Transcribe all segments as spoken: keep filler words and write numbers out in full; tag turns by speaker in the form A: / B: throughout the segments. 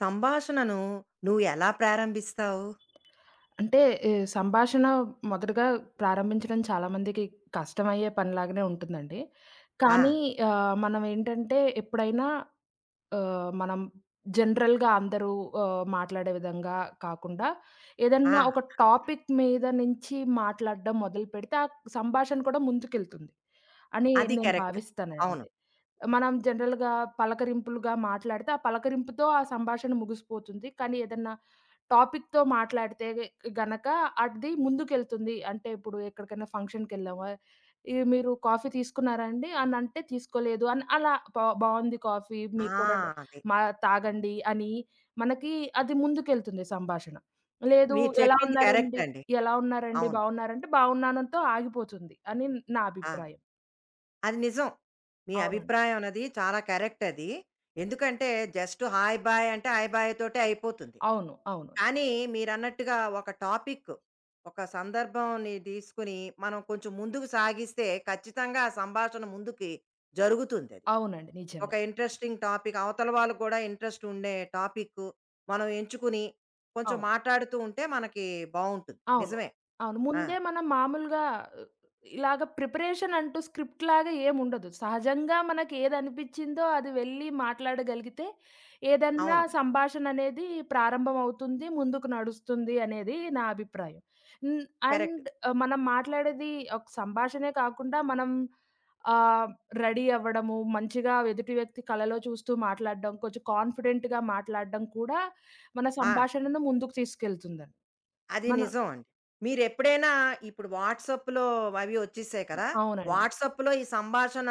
A: సంభాషణను నువ్వు ఎలా ప్రారంభిస్తావు?
B: అంటే ఈ సంభాషణ మొదటగా ప్రారంభించడం చాలామందికి కష్టమయ్యే పనిలాగానే ఉంటుందండి. కానీ
A: ఆ!
B: ఆహ్, మనం ఏంటంటే ఎప్పుడైనా ఆహ్, మనం జనరల్‌గా అందరూ ఆహ్, మాట్లాడే విధంగా కాకుండా
A: ఆ!
B: ఏదన్నా ఒక టాపిక్ మీద నుంచి మాట్లాడడం మొదలుపెడితే ఆ సంభాషణ కూడా ముందుకెళ్తుంది అని
A: అది
B: నేను
A: కరెక్ట్. అవును.
B: భావిస్తానండి. మనం జనరల్‌గా పలకరింపులుగా మాట్లాడితే ఆ పలకరింపుతో ఆ సంభాషణ ముగిసిపోతుంది. కానీ ఏదన్నా టాపిక్‌తో మాట్లాడితే గనక అది ముందుకెళ్తుంది. అంటే ఇప్పుడు ఎక్కడికైనా ఫంక్షన్‌కెళ్ళామా, "ఈ మీరు కాఫీ తీసుకున్నారా అండి?" అని అంటే, "తీసుకోలేదు" అని అలా బా బావుంది కాఫీ
A: ఆ!
B: మీరు కూడా
A: అదే.
B: మా తాగండి అని మనకి అది ముందుకెళ్తుంది సంభాషణ. లేదు
A: మీరు
B: ఎలా
A: చెప్పింది కరెక్ట్
B: ఉన్నారండి?
A: అండి.
B: ఎలా ఉన్నారండి?
A: అవును.
B: బావున్నారంటే బావున్నానుతో ఆగిపోతుంది అని నా
A: ఆ!
B: అభిప్రాయం.
A: అది నిజం. మీ
B: అవునండి.
A: అభిప్రాయం అన్నది చాలా కరెక్ట్ అది. ఎందుకంటే జస్ట్ హాయ్, బాయ్ అంటే హాయ్, బాయ్ తోటే అయిపోతుంది.
B: అవును. అవును.
A: కానీ మీరన్నట్టుగా ఒక టాపిక్, ఒక సందర్భంని తీసుకొని మనం కొంచెం ముందుకు సాగిస్తే ఖచ్చితంగా ఆ సంభాషణ ముందుకి జరుగుతుందది.
B: అవునండి.
A: ఒక
B: నిజంగా.
A: ఇంట్రెస్టింగ్ టాపిక్, అవతల వాళ్ళకి కూడా ఇంట్రెస్ట్ ఉండే టాపిక్ మనం ఎంచుకుని కొంచెం
B: అవును.
A: మాట్లాడుతూ ఉంటే మనకి బావుంటుంది.
B: అవును.
A: నిజమే.
B: అవును.
A: ఆ!
B: ముందే మనం మామూలుగా ఉ, ఇలాగ ప్రిపరేషన్ అంటూ స్క్రిప్ట్ లాగా ఏముండదు. సహజంగా మనకి ఏదనిపిచ్చిందో అది వెళ్ళి మాట్లాడగలిగితే, ఏదన్నా
A: అవును.
B: సంభాషణ అనేది ప్రారంభమవుతుంది, ముందుకు నడుస్తుంది అనేది నా అభిప్రాయం. హ్మ్.
A: కరెక్ట్.
B: అండ్ ఆహ్, మనం మాట్లాడేది ఒక సంభాషణే కాకుండా మనం ఆహ్, రెడీ అవ్వడము, మంచిగా ఎదుటి వ్యక్తి కలలో చూస్తూ మాట్లాడడం, కొంచెం కాన్ఫిడెంట్‌గా మాట్లాడడం కూడా మన
A: ఆ!
B: సంభాషణను ముందుకు తీసుకెళ్తుందండి.
A: అది
B: మన
A: నిజం అండి. మీరెప్పుడైనా ఇప్పుడు వాట్సాప్‌లో అవి వచ్చేసాయి కదా!
B: అవునండి.
A: వాట్సాప్‌లో ఈ సంభాషణ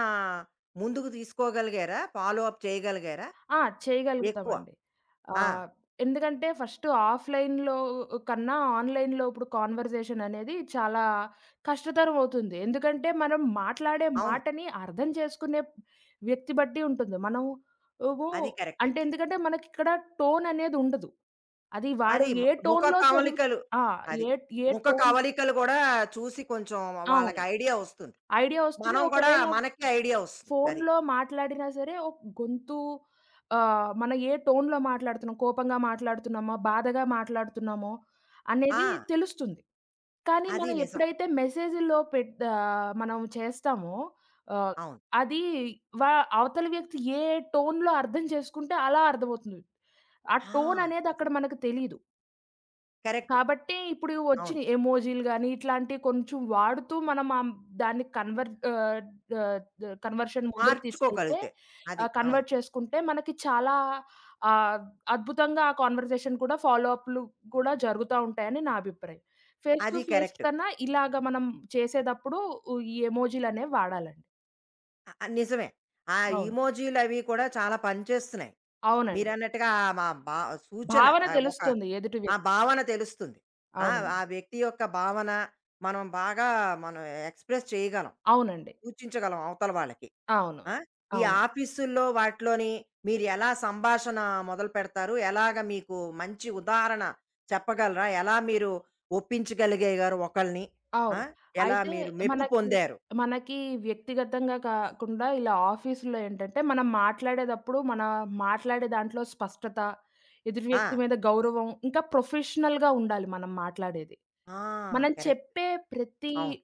A: ముందుకు తీసుకోగలిగారా? Follow up చేయగలిగారా?
B: ఆ!
A: ఎక్కువ.
B: చేయగలుగుతామండి.
A: ఆ!
B: ఆహ్, ఎందుకంటే ఫస్ట్ ఆఫ్‌లైన్‌లో కన్నా ఆన్‌లైన్‌లో ఇప్పుడు కాన్వర్జేషన్ అనేది చాలా కష్టతరం అవుతుంది. ఎందుకంటే మనం మాట్లాడే
A: అవును.
B: మాటని అర్థం చేసుకునే వ్యక్తి బట్టి ఉంటుంది. మనం ఏమో
A: అది కరెక్టే.
B: అంటే ఎందుకంటే మనకిక్కడ టోన్ అనేది ఉండదు. అది వాడు
A: అది మ
B: ఏ
A: ముఖ
B: టోన్‌లో చదివితే
A: కవలికలు
B: ఆ!
A: అది.
B: ఏ ఏ
A: ముఖ
B: టోన్
A: కవలికలు కూడా చూసి కొంచెం వాళ్ళకి
B: అవును.
A: ఐడియా వస్తుంది.
B: ఐడియా వస్తుంది.
A: మనం కూడా
B: ఒకవేళ
A: మనకే ఐడియా వస్తుంది. అది.
B: ఫోన్‌లో మాట్లాడినా సరే, ఒక గొంతు ఆహ్, మనం ఏ టోన్‌లో మాట్లాడుతున్నాం, కోపంగా మాట్లాడుతున్నామో, బాధగా మాట్లాడుతున్నామో అనేది
A: ఆ!
B: తెలుస్తుంది. కానీ
A: అది
B: మనం
A: నిజం.
B: ఎప్పుడైతే మెసేజ్‌లో పెట్ ఆహ్, మనం చేస్తామో ఆహ్,
A: అవును.
B: అది వా అవతల వ్యక్తి ఏ టోన్‌లో అర్థం చేసుకుంటే అలా అర్థమవుతుంది. ఆ
A: ఆ!
B: టోన్ అనేది అక్కడ
A: నిజం.
B: మనకు తెలీదు.
A: కరెక్ట్.
B: కాబట్టి ఇప్పుడు
A: అవును.
B: వచ్చిన ఎమోజిలు గాని, ఇట్లాంటివి కొంచెం వాడుతూ మనం ఆహ్, దాన్ని కన్వర్ ఆహ్, ఆహ్, ద కన్వర్షన్ ముందుకు తీసుకెళ్తే
A: మార్చుకోగలిగితే. అది.
B: ఆహ్,
A: అవును.
B: కన్వర్ట్ చేసుకుంటే మనకి చాలా ఆహ్, అద్భుతంగా ఆ కాన్వర్జేషన్ కూడా ఫాలో అప్‌లు కూడా జరుగుతా ఉంటాయని నా అభిప్రాయం. ఫేస్ టు
A: అది
B: ఫేస్
A: కరెక్ట్.
B: కన్నా ఇలాగ మనం చేసేటప్పుడు ఈ ఎమోజిలనేవి వాడాలండి.
A: అ ఆహ్, నిజమే. ఆ
B: అవును.
A: ఇమోజిలవి కూడా చాలా పనిచేస్తున్నాయి.
B: అవునండి.
A: మీరన్నట్టుగా ఆహ్, మా బా సూచన
B: భావన
A: ఆహ్, ఒక
B: తెలుస్తుంది ఎదుటి
A: ఆ
B: వ్యక్తికి.
A: భావన తెలుస్తుంది. ఆ! ఆ
B: అవునండి.
A: వ్యక్తి యొక్క భావన మనం బాగా మనం ఎక్స్‌ప్రెస్ చేయగలం.
B: అవునండి.
A: సూచించగలం అవతల వాళ్ళకి.
B: అవును.
A: ఆ! ఈ
B: అవును.
A: ఆఫీసుల్లో వాటిలోని మీరు ఎలా సంభాషణ మొదలు పెడతారు? ఎలాగ మీకు మంచి ఉదాహరణ చెప్పగలరా? ఎలా మీరు ఒప్పించగలిగేగారు ఒకళ్ళని? ఆ!
B: అవును.
A: ఎలా
B: అయితే
A: మీరు మెప్పు
B: మనకి,
A: పొందారు?
B: మనకి వ్యక్తిగతంగా కాకుండా ఇలా ఆఫీస్‌లో ఏంటంటే, మనం మాట్లాడేటప్పుడు మన మాట్లాడే దాంట్లో స్పష్టత, ఎదురు
A: ఆ!
B: వ్యక్తి మీద గౌరవం, ఇంకా ప్రొఫెషనల్‌గా ఉండాలి మనం మాట్లాడేది.
A: ఆ!
B: మనం
A: కరెక్ట్.
B: చెప్పే ప్రతి
A: అవును.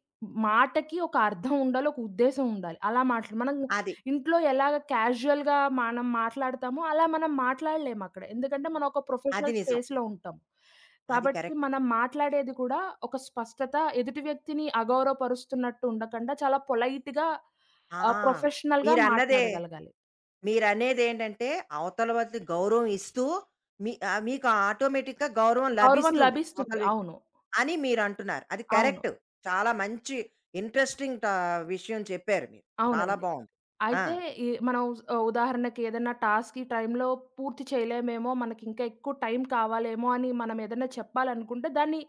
B: మాటకి ఒక అర్థం ఉండాలి. ఒక ఉద్దేశ్యం ఉండాలి. అలా మాట్లా మనం
A: అది.
B: ఇంట్లో ఎలాగ క్యాజుయల్‌గా మనం మాట్లాడతామో అలా మనం మాట్లాడలేమక్కడ. ఎందుకంటే మనం ఒక
A: అది
B: ప్రొఫెషనల్
A: నిజం.
B: స్పేస్‌లో ఉంటాం.
A: అది
B: కాబట్టి
A: కరెక్ట్.
B: మనం మాట్లాడేది కూడా ఒక స్పష్టత ఎదుటి వ్యక్తిని అగౌరవపరుస్తున్నట్టు ఉండకుండా చాలా పొలైట్‌గా
A: ఆ!
B: ఆహ్, ప్రొఫెషనల్‌గా
A: మీరన్నదే
B: మాట్లాడగలగాలి.
A: మీరనేదేంటంటే అవతల వాళ్ళకి గౌరవం ఇస్తూ మీ ఆహ్, మీకు ఆటోమేటిక్‌గా గౌరవం
B: గౌరవం
A: లభిస్తుంది
B: లభిస్తుంది.
A: అవతల వ్యక్తి
B: అవును.
A: అని మీరంటున్నారు. అది
B: అవును.
A: కరెక్ట్. చాలా మంచి ఇంట్రెస్టింగ్ టా విషయం చెప్పారు మీరు. చాలా
B: అవునండి.
A: బావుంది. ఆ!
B: అయితే ఈ మనం స్ ఉదాహరణకి ఏదైనా టాస్క్ ఈ టైంలో పూర్తి చేయలేమేమో, మనకింకా ఎక్కువ టైం కావాలేమో అని మనం ఏదైనా చెప్పాలనుకుంటే, దాన్ని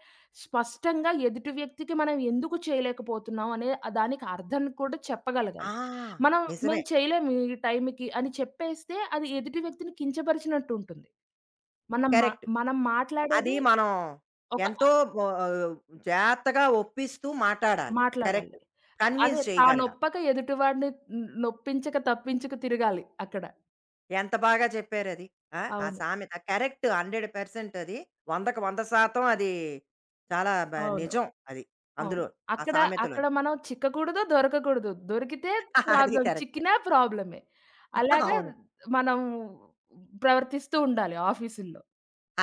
B: స్పష్టంగా ఎదుటి వ్యక్తికి మనం ఎందుకు చేయలేకపోతున్నాం అనే ఆహ్, దానికి అర్థం కూడా
A: ఆ!
B: చెప్పగలగాలి. మనం
A: నిజమే.
B: మేము చేయలేము ఈ టైంకి అని చెప్పేస్తే, అది ఎదుటి వ్యక్తిని కించపరిచినట్టు ఉంటుంది. మనం మా
A: కరెక్ట్.
B: మనం
A: అది
B: మాట్లాడేది
A: మనం
B: ఒక
A: ఎంతో బా జాగ్రత్తగా ఒప్పిస్తూ మాట్లాడాలి. కరెక్ట్.
B: మాట్లాడాలి. అదే
A: కన్విన్స్ చేయగలగాలి.
B: తానొప్పక ఎదుటివాడిని న్ నొప్పించక, తప్పించక తిరగాలి అక్కడ.
A: ఎంత బాగా చెప్పారది. ఆ! ఆ
B: అవును.
A: సామెత కరెక్ట్ వంద శాతం అది. 100కి వంద శాతం అది చాలా బ
B: అవును.
A: నిజం అది.
B: అవును.
A: అందులో ఆ
B: అక్కడ, అక్కడ
A: సామెతలోని.
B: మనం చిక్కకూడదు, దొరకకూడదు. దొరికితే
A: అది
B: ప్రాబ్లమ్.
A: కరెక్టే.
B: చిక్కినా ప్రాబ్లమే. అలాగా
A: అవును.
B: మనం ప్రవర్తిస్తూ ఉండాలి ఆఫీసుల్లో.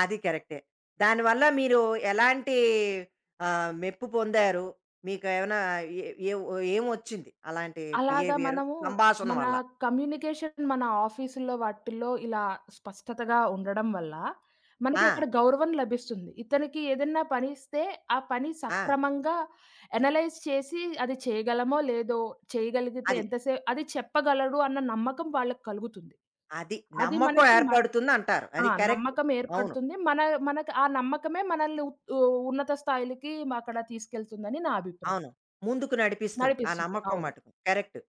A: అది కరెక్టే. దానివల్ల మీరు ఎలాంటి ఆహ్, మెప్పు పొందారు? మీకేమైనా ఏ ఏ ఏమొచ్చింది అలాంటి
B: అలాగా
A: బిహేవియర్
B: మనము
A: సంభాషణ
B: మన
A: వల్ల?
B: కమ్యూనికేషన్ మన ఆఫీసుల్లో వాటిల్లో ఇలా స్పష్టతగా ఉండడం వల్ల
A: ఆ!
B: మనకి అక్కడ గౌరవం లభిస్తుంది. ఇతనికి ఏదన్నా పని ఇస్తే ఆ పని
A: ఆ!
B: సక్రమంగా అనలైజ్ చేసి అది చేయగలమో లేదో, చేయగలిగితే
A: అది.
B: ఎంతసే అది చెప్పగలడు అన్న నమ్మకం వాళ్ళకి కలుగుతుంది.
A: అది
B: అది
A: నమ్మకం
B: మనకి మ
A: ఏర్పడుతుందంటారు. అది
B: ఆ!
A: కరెక్ట్.
B: నమ్మకం
A: అవును.
B: ఏర్పడుతుంది. మన మనకు ఆ నమ్మకమే మనల్ని ఉ ఉన్నత స్థాయిలకి అక్కడ తీసుకెళ్తుందని నా అభిప్రాయం.
A: అవును. ముందుకు నడిపిస్తుంది. ఆ
B: నడిపిస్తుంది.
A: నమ్మకం
B: అవును.
A: మటుకు. కరెక్ట్.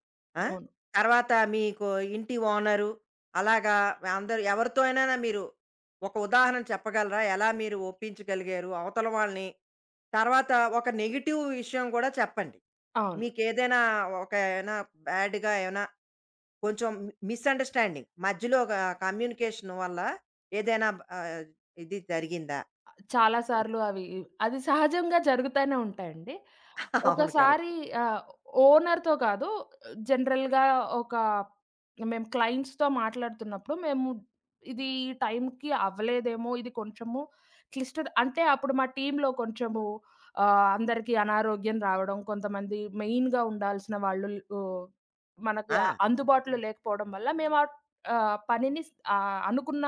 A: ఆ!
B: అవును.
A: తర్వాత మీకు ఇంటి ఓనరు అలాగా అందరూ ఎవరితో అయినా మీరు ఒక ఉదాహరణ చెప్పగలరా? ఎలా మీరు ఒప్పించగలిగారు అవతల వాళ్ళని? తర్వాత ఒక నెగెటివ్ విషయం కూడా చెప్పండి.
B: అవును.
A: మీకేదైనా ఒక ఏమైనా బ్యాడ్‌గా ఏమైనా కొంచెం మిస్‌అండర్‌స్టాండింగ్ మధ్యలో ఒక కమ్యూనికేషన్ వల్ల ఏదైనా ఆహ్, ఇది జరిగిందా?
B: చాలా సార్లు అవి అది సహజంగా జరుగుతానే ఉంటాయండి.
A: అవును. కరెక్ట్.
B: ఒకసారి ఆహ్, ఓనర్‌తో కాదు జనరల్‌గా ఒక మేము క్లయింట్స్‌తో మాట్లాడుతున్నప్పుడు మేము ఇది ఈ టైంకి అవ్వలేదేమో, ఇది కొంచెము క్లిష్టత అంటే అప్పుడు మా టీమ్‌లో కొంచెము ఆహ్, అందరికీ అనారోగ్యం రావడం, కొంతమంది మెయిన్‌గా ఉండాల్సిన వాళ్ళు ఆహ్, మనకి
A: ఆ!
B: ఆ- అందుబాటులో లేకపోవడం వల్ల మేము ఆహ్, పనిని ఆహ్, అనుకున్న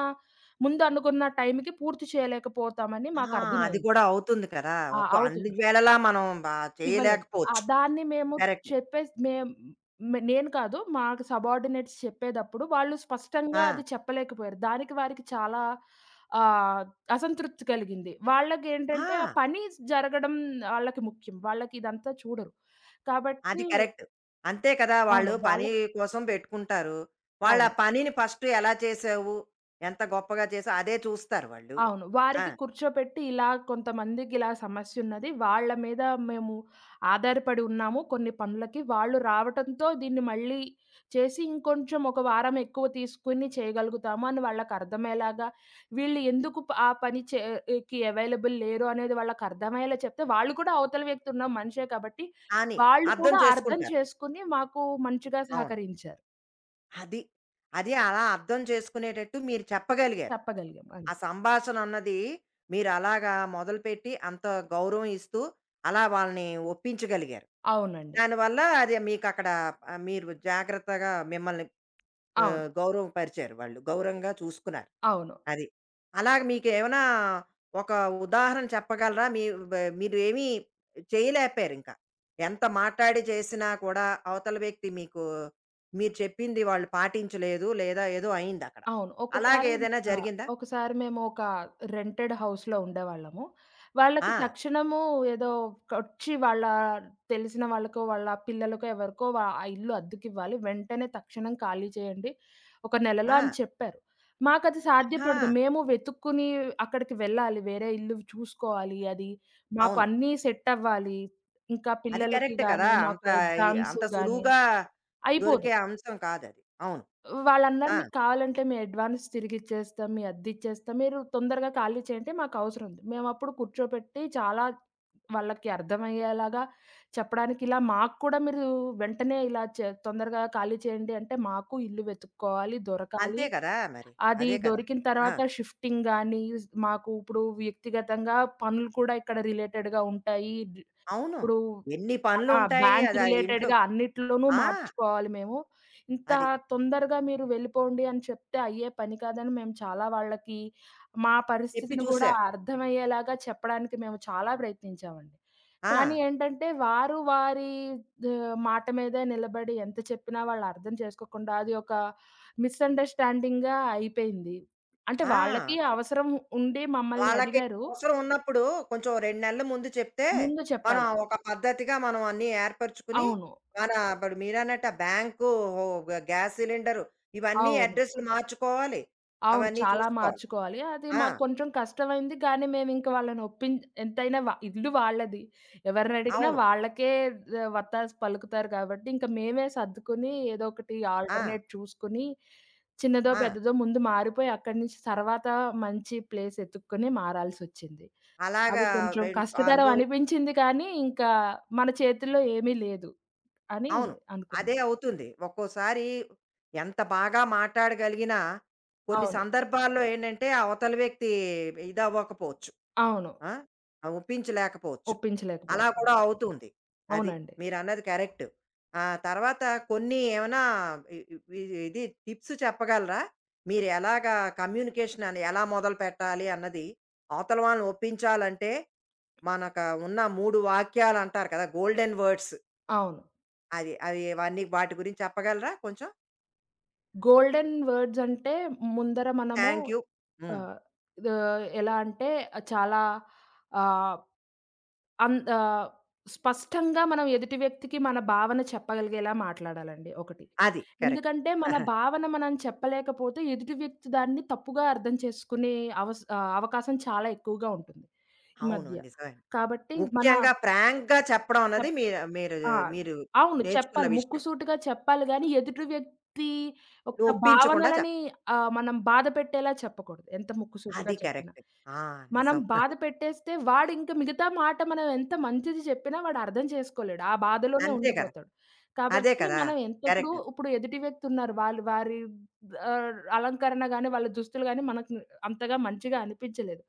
B: ముందు అనుకున్న టైంకి పూర్తి చేయలేకపోతామని
A: ఆ! అది
B: మాకర్థమైంది.
A: కూడా అవుతుంది కదా!
B: ఆ!
A: ఒక్కో అన్ని
B: అవుతుంది.
A: వేళలా మనం బా
B: ఇవ్వలేము. ఆ!
A: చేయలేకపోవచ్చు.
B: దాన్ని మేము
A: కరెక్ట్.
B: చెప్పేసి మేం మే నేను కాదు మాకు సబార్డినేట్స్ చెప్పేదప్పుడు వాళ్ళు స్పష్టంగా
A: ఆ!
B: అది చెప్పలేకపోయారు. దానికి వారికి చాలా ఆహ్, అసంతృప్తి కలిగింది. వాళ్ళకేంటంటే ఆ
A: ఆ!
B: పని జరగడం ఆళ్ళకి ముఖ్యం. వాళ్ళకిదంతా చూడరు. కాబట్టి
A: అది కరెక్ట్. అంతే కదా!
B: అవును.
A: వాళ్ళు పని
B: వాళ్ళకి
A: కోసం పెట్టుకుంటారు. వాళ్ళా
B: అవును.
A: పనిని ఫస్ట్ ఎలా చేసావు? ఎంత గొప్పగా చేసావు? అదే చూస్తారు వాళ్ళు.
B: అవును.
A: ఆ!
B: వారికి కూర్చోపెట్టి ఇలా కొంతమందికి ఇలా సమస్యున్నది. వాళ్ళ మీద మేము ఆధారపడి ఉన్నాము కొన్ని పనులకి. వాళ్ళు రావటంతో దీన్ని మళ్ళీ చేసి ఇంకొంచెం ఒక వారం ఎక్కువ తీసుకొని చేయగలుగుతాము అని వాళ్ళకర్థమయ్యేలాగా, వీళ్ళు ఎందుకు ప ఆ పని చే కి అవైలబుల్ లేరు అనేది వాళ్ళకర్థమయ్యేలా చెప్తే, వాళ్ళు కూడా అవతల వ్యక్తి ఉన్న మనిషే కాబట్టి,
A: అని
B: వాళ్ళు
A: అర్థం
B: కూడా అర్థం
A: చేసుకుంటారు.
B: చేసుకొని మాకు మంచిగా
A: అవును.
B: సహకరించారు.
A: అది. అది అలా అర్థం చేసుకునేటట్టు మీరు చెప్పగలిగారు.
B: చెప్పగలిగాం. అది.
A: ఆ సంభాషణ అన్నది మీరు అలాగా మొదలుపెట్టి అంత గౌరవం ఇస్తూ అలా వాళ్ళని ఒప్పించగలిగారు.
B: అవునండి.
A: దానివల్ల అది మీకక్కడ ఆహ్, మీరు జాగ్రత్తగా మిమ్మల్ని
B: అవును.
A: ఆహ్, గౌరవపరిచారు వాళ్ళు. గౌరవంగా చూసుకున్నారు.
B: అవును.
A: అది. అలాగ మీకేమైనా ఒక ఉదాహరణ చెప్పగలరా? మీ బ మీరేమీ చేయలేకపోయారింక. ఎంత మాట్లాడి చేసినా కూడా అవతల వ్యక్తి మీకు మీరు చెప్పింది వాళ్ళు పాటించలేదు, లేదా ఏదో అయిందక్కడ.
B: అవును. ఒకసారి
A: అలాగేదైనా
B: ఆ!
A: జరిగిందా?
B: ఒకసారి మేము ఒక రెంటెడ్ హౌస్‌లో ఉండేవాళ్ళము.
A: ఆ!
B: వాళ్ళకి తక్షణము ఏదో కొచ్చి వాళ్ళ తెలిసిన వాళ్ళకో, వాళ్ళ పిల్లలకో ఎవరికో వ ఆ ఇల్లు అద్దెకివ్వాలి. వెంటనే తక్షణం ఖాళీ చేయండి. ఒక నెలలో
A: ఆ!
B: అని చెప్పారు. మాకది
A: ఆహా!
B: సాధ్యపడదు. మేము వెతుక్కుని అక్కడికి వెళ్ళాలి. వేరే ఇల్లు చూసుకోవాలి. అది మాకు
A: అవును.
B: అన్నీ సెట్ అవ్వాలి. ఇంకా
A: అది
B: పిల్లలకి
A: కరెక్ట్ కదా!
B: గాని,
A: అంత
B: మాకు
A: ఈ
B: ఎగ్జామ్స్
A: అంత
B: గాని
A: సులువుగా
B: అయిపోదు.
A: దొరికే అంశం కాదది. అవును.
B: వాళ్ళన్నారు
A: ఆ!
B: "మీకు కావాలంటే మీ అడ్వాన్స్ తిరిగిచ్చేస్తాం. మీ అద్దిచ్చేస్తాం. మీరు తొందరగా ఖాళీ చేయండి. మాకవసరం ఉంది." మేమప్పుడు కూర్చోపెట్టి చాలా వాళ్ళకి అర్థమయ్యేలాగా చెప్పడానికి, ఇలా మాకు కూడా మీరు వెంటనే ఇలా చే తొందరగా ఖాళీ చేయండి అంటే, మాకు ఇల్లు వెతుక్కోవాలి,
A: అంతే
B: దొరకాలి.
A: కదా! మరి.
B: అది
A: అదే కదా!
B: దొరికిన
A: ఆ!
B: తర్వాత షిఫ్టింగ్ గానీ, మాకు ఇప్పుడు వ్యక్తిగతంగా పనులు కూడా ఇక్కడ రిలేటెడ్‌గా ఉంటాయి.
A: అవును.
B: ఇప్పుడు
A: ఎన్ని
B: ఆ!
A: పనులుంటాయి.
B: బ్యాంక్
A: అది ఆ ఇంట్లో
B: రిలేటెడ్‌గా అన్నిట్లోనూ
A: ఆ!
B: మార్చుకోవాలి మేము. ఇంత
A: అది.
B: తొందరగా మీరు వెళ్ళిపోండి అని చెప్తే అయ్యే పని కాదని మేము చాలా వాళ్ళకి మా
A: చెప్పి
B: పరిస్థితిని గూడా
A: చూసారు.
B: అర్థమయ్యేలాగా చెప్పడానికి మేము చాలా ప్రయత్నించామండి.
A: ఆ!
B: కానీ ఏంటంటే వారు వారి ద మాట మీదే నిలబడి ఎంత చెప్పినా వాళ్ళు అర్థం చేసుకోకుండా అది ఒక మిస్‌అండర్‌స్టాండింగ్‌గా అయిపోయింది. అంటే
A: ఆ!
B: వాళ్ళకి అవసరం ఉండి మమ్మల్ని
A: వాళ్ళకి
B: అడిగారు.
A: అవసరం ఉన్నప్పుడు కొంచెం రెండు నెలల ముందు చెప్తే,
B: ముందు
A: మనం
B: చెప్పాలి.
A: ఒక పద్ధతిగా మనం అన్నీ ఏర్పరుచుకుని,
B: అవును.
A: మన ఇప్పుడు మీరన్నట్టు ఆ బ్యాంకు, ఓ గ్యాస్ సిలిండరు ఇవన్నీ
B: అవును.
A: అడ్రెస్సులు మార్చుకోవాలి.
B: అవును.
A: అవన్నీ
B: చాలా
A: చూసుకోవాలి.
B: మార్చుకోవాలి. అది
A: ఆ!
B: మాకు కొంచెం కష్టమైంది. కానీ మేమింక వాళ్ళని ఒప్పిం ఎంతైనా వ ఇల్లు వాళ్ళది. ఎవరినడిగినా
A: అవును.
B: వాళ్ళకే ద వత్తాసు పలుకుతారు కాబట్టి, ఇంక మేమే సర్దుకుని ఏదో ఒకటి
A: ఆ!
B: ఆల్టర్‌నేట్ చూసుకొని, చిన్నదో,
A: ఆ!
B: పెద్దదో ముందు మారిపోయి, అక్కడి నుంచి తర్వాత మంచి ప్లేస్ ఎతుక్కొని మారాల్సొచ్చింది. అది
A: అలాగా
B: కొంచెం
A: రెన్
B: కష్టతరం
A: అనుభవి
B: అనిపించింది కానీ, ఇంకా మన చేతుల్లో ఏమీ లేదు అని
A: అవును.
B: అనుకున్నాం.
A: అదే అవుతుంది. ఒక్కోసారి ఎంత బాగా మాట్లాడగలిగినా కొన్ని
B: అవును.
A: సందర్భాల్లో ఏంటంటే ఆ అవతల వ్యక్తి ఇదవ్వకపోవచ్చు.
B: అవును.
A: ఆ! ఆ ఒప్పించలేకపోవచ్చు. అలా
B: ఒప్పించలేకపోయాం.
A: కూడా అవుతుంది. అది.
B: అవునండి.
A: మీరన్నది కరెక్ట్. ఆ తర్వాత కొన్ని ఏమైనా ఇ ఇ ఇది టిప్స్ చెప్పగలరా? మీరు ఎలాగా కమ్యూనికేషన్ అని ఎలా మొదలుపెట్టాలి అన్నది అవతల వాళ్ళని ఒప్పించాలంటే మనకు ఉన్న మూడు వాక్యాలు అంటారు కదా! Golden words.
B: అవును.
A: అది అవి అవన్నీ వాటి గురించి చెప్పగలరా కొంచెం?
B: గోల్డెన్ వర్డ్స్ అంటే ముందర మనము
A: థ్యాంక్ యూ. హ్మ్.
B: ఆహ్, ఆహ్, ఎలా అంటే చాలా ఆహ్, అన్ ఆహ్, స్పష్టంగా మనం ఎదుటి వ్యక్తికి మన భావన చెప్పగలిగేలా మాట్లాడాలండి ఒకటి.
A: అది. కరెక్ట్.
B: ఎందుకంటే మన భావన మనం చెప్పలేకపోతే ఎదుటి వ్యక్తి దాన్ని తప్పుగా అర్థం చేసుకునే అవస్ ఆహ్, అవకాశం చాలా ఎక్కువగా ఉంటుంది ఈ
A: అవును.
B: మధ్య.
A: నిజమే.
B: కాబట్టి మన
A: ముఖ్యంగా ప్రాంక్‌గా చెప్పడం అన్నది
B: చెప్
A: మీ మీరు
B: ఆ!
A: మీరు
B: అవును.
A: నేర్చుకున్న
B: చెప్పాలి.
A: విషయం.
B: ముక్కుసూటిగా చెప్పాలి గానీ, ఎదుటి వ్యక్తి యొక్క
A: నువ్వు ఒప్పించకుండా
B: భావనలని
A: చెప్పడం.
B: ఆహ్, మనం బాధ పెట్టేలా చెప్పకూడదు. ఎంత ముక్కుసూటిగా
A: అది
B: చెప్పినా.
A: కరెక్ట్. ఆ!
B: మనం
A: నిజం.
B: బాధ పెట్టేస్తే వాడింక మిగతా మాట మనం ఎంత మంచిది చెప్పినా వాడు అర్థం చేసుకోలేడు. ఆ బాధలోనే
A: అంతే కదా!
B: ఉండిపోతాడు.
A: అదే
B: కాబట్టి
A: కదా!
B: మనం ఎంత ఇప్పుడు,
A: కరెక్ట్.
B: ఇప్పుడు ఎదుటి వ్యక్తి ఉన్నారు. వాళ్ళు వారి ఆహ్, అలంకరణ గాని, వాళ్ళ దుస్తులు గాని మనకు అంతగా మంచిగా అనిపించలేదు.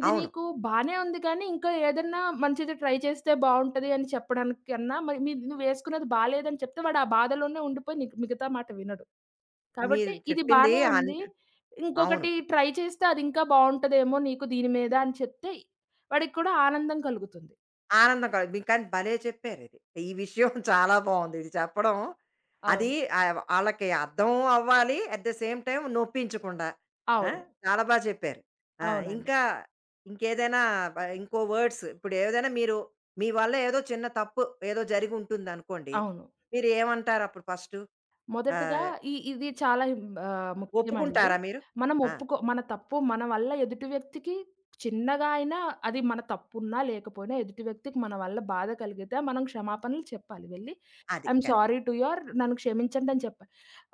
B: ఇది
A: అవును.
B: నీకు బానే ఉంది కానీ, ఇంకా ఏదన్నా మంచిది ట్రై చేస్తే బావుంటది అని చెప్పడానికి కన్నా, మరి మీ నువ్వేసుకున్నది బాలేదని చెప్తే వాడు ఆ బాధలోనే ఉండిపోయి నీకు మిగతా మాట వినడు.
A: మీరు
B: కాబట్టి ఇది
A: చెప్పింది
B: బానే
A: అన్
B: ఉంది.
A: అవును.
B: ఇంకొకటి ట్రై చేస్తే అది ఇంకా బావుంటదేమో నీకు దీని మీద అని చెప్తే, వాడికి కూడా ఆనందం కలుగుతుంది.
A: ఆనందం కలుగు మీకు కానీ భలే చెప్పారిది. ఈ విషయం చాలా బావుంది. ఇది చెప్పడం. అది
B: అవును.
A: ఆహ్, ఆళ్ళకి అర్థం అవ్వాలి. అట్ ద సేమ్ టైమ్ నొప్పించకుండా. ఆ!
B: అవును.
A: చాలా బా చెప్పారు. ఆ!
B: అవునండి.
A: ఇంకా ఇంకేదైనా బ ఇంకో వర్డ్స్ ఇప్పుడు ఏదైనా మీరు మీ వల్ల ఏదో చిన్న తప్పు ఏదో జరిగి ఉంటుందనుకోండి.
B: అవును.
A: మీరు ఏమంటారు అప్పుడు ఫస్టు?
B: మొదటిగా
A: ఆహ్,
B: ఇ ఇది చాలా ఆహ్, ముఖ్యమండి.
A: ఒప్పుకుంటారా మీరు?
B: మనం
A: ఆ!
B: ఒప్పుకో మన తప్పు మన వల్ల ఎదుటి వ్యక్తికి చిన్నగా అయినా అది మన తప్పున్నా, లేకపోయినా ఎదుటి వ్యక్తికి మన వల్ల బాధ కలిగితే మనం క్షమాపణలు చెప్పాలి వెళ్లి.
A: అది
B: I'm
A: correct.
B: Sorry to your నన్ను క్షమించండి అని చెప్పాలి.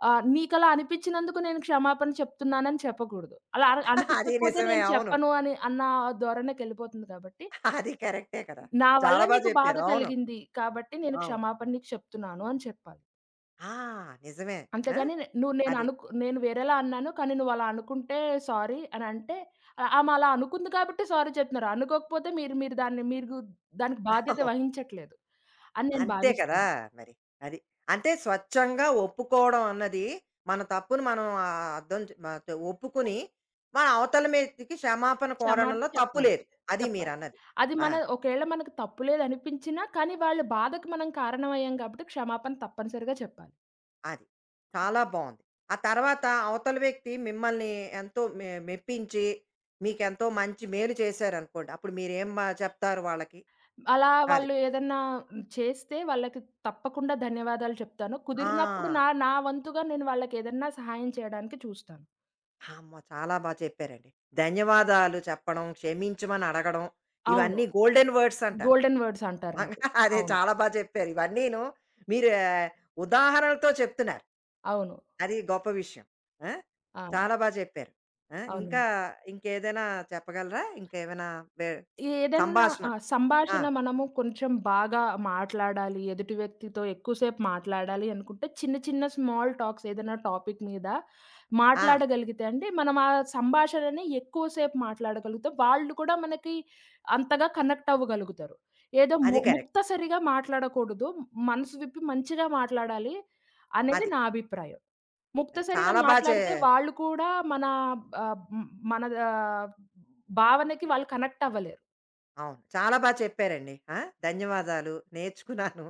B: ఆహ్, నీకలా అనిపించినందుకు నేను క్షమాపణ చెప్తున్నానని చెప్పకూడదు. అలా అ
A: అది
B: అనిపించకపోతే
A: నిజమే.
B: నేను
A: అవును.
B: చెప్పను అని అన్న ధోరణికెళ్ళిపోతుంది కాబట్టి,
A: అది కరెక్టే కదా!
B: నా వల్ల
A: చాలా బా
B: నీకు బాధ
A: చెప్పారు. అవును.
B: కలిగింది కాబట్టి నేను
A: అవును.
B: క్షమాపణ నీకు చెప్తున్నాను అని చెప్పాలి.
A: ఆ! నిజమే. ఆ!
B: అంతేగాని నే నువ్వు నేను
A: అది.
B: అనుకు నేను వేరేలా అన్నాను. కానీ నువ్వలా అనుకుంటే సారీ అనంటే, ఆహ్, ఆమె అలా అనుకుంది కాబట్టి సారీ చెప్తున్నారు. అనుకోకపోతే మీరు మీరు దాన్ని మీరు దానికి బాధ్యత వహించట్లేదు అని నేను
A: అంతే కదా!
B: భావిస్తాను.
A: మరి. అది. అంటే స్వచ్ఛంగా ఒప్పుకోవడం అన్నది, మన తప్పును మనం ఆహ్, అర్థం చే మ త
B: ఒక
A: ఒప్పుకుని, మన అవతల వ్యక్తికి క్షమాపణ
B: క్షమాపణ
A: కోరడంలో తప్పు
B: చెప్పాలి.
A: లేదు. అది
B: చెప్పాలి.
A: మీరన్నది.
B: అది
A: ఆ!
B: మన ఒకవేళ మనకు తప్పు లేదనిపించినా, కానీ వాళ్ళ బాధకు మనం కారణమయ్యాం కాబట్టి క్షమాపణ తప్పనిసరిగా చెప్పాలి.
A: అది. చాలా బావుంది. ఆ తర్వాత అవతల వ్యక్తి మిమ్మల్ని ఎంతో మె మెప్పించి, మీకెంతో మంచి మేలు చేశారనుకోండి. అప్పుడు మీరేం మ చెప్తారు వాళ్ళకి?
B: అలా
A: అది.
B: వాళ్ళు ఏదన్నా చేస్తే వాళ్ళకి తప్పకుండా ధన్యవాదాలు చెప్తాను. కుదిరినప్పుడు
A: ఆ!
B: నా నా వంతుగా నేను వాళ్ళకేదన్నా సహాయం చేయడానికి చూస్తాను.
A: అమ్మో! చాలా బా చెప్పారండి. ధన్యవాదాలు చెప్పడం, క్షమించమని అడగడం,
B: అవును.
A: ఇవన్నీ గోల్డెన్ వర్డ్స్ అంటారు.
B: గోల్డెన్ వర్డ్స్ అంటారండి.
A: అదే
B: అవును.
A: చాలా బా చెప్పారు. ఇవన్నీను మీరు ఆహ్, ఉదాహరణలతో చెప్తున్నారు.
B: అవును.
A: అది గొప్ప విషయం. ఆ!
B: ఆ!
A: చాలా బా చెప్పారు. ఆ! ఇంకా
B: అవునండి.
A: ఇంకేదైనా చెప్పగలరా? ఇంకేమైనా వే
B: ఏదన్నా
A: సంభాషణ.
B: ఆ!
A: ఆ!
B: సంభాషణ మనము కొంచెం బాగా మాట్లాడాలి, ఎదుటి వ్యక్తితో ఎక్కువసేపు మాట్లాడాలి అనుకుంటే, చిన్న చిన్న స్మాల్ టాక్స్ ఏదైనా టాపిక్ మీద
A: ఆ!
B: మాట్లాడగలిగితే అండి, మనం ఆ సంభాషణని ఎక్కువ సేపు మాట్లాడగలుగుతాం. వాళ్ళు కూడా మనకి అంతగా కనెక్ట్ అవ్వగలుగుతారు. ఏదో
A: అది
B: ము
A: కరెక్ట్.
B: ముక్తసరిగా మాట్లాడకూడదు. మనసు విప్పి మంచిగా మాట్లాడాలి అనేది
A: అది.
B: నా అభిప్రాయం. ముక్తసరిగా
A: చాలా బా చే
B: మాట్లాడితే వాళ్ళు కూడా మన ఆహ్, హ్మ్, మన ఆహ్, భావనకి వాళ్ళు కనెక్ట్ అవ్వలేరు.
A: అవును. చాలా బా చెప్పారండి. ఆ! ధన్యవాదాలు. నేర్చుకున్నాను.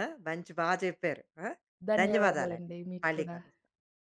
A: ఆ! మంచి బా చెప్పారు. ఆ! ధన్యవాదాలండి.
B: ధన్యవాదాలండి మీకు
A: మళ్ళీ
B: కూడా.
A: కలుద్దాం.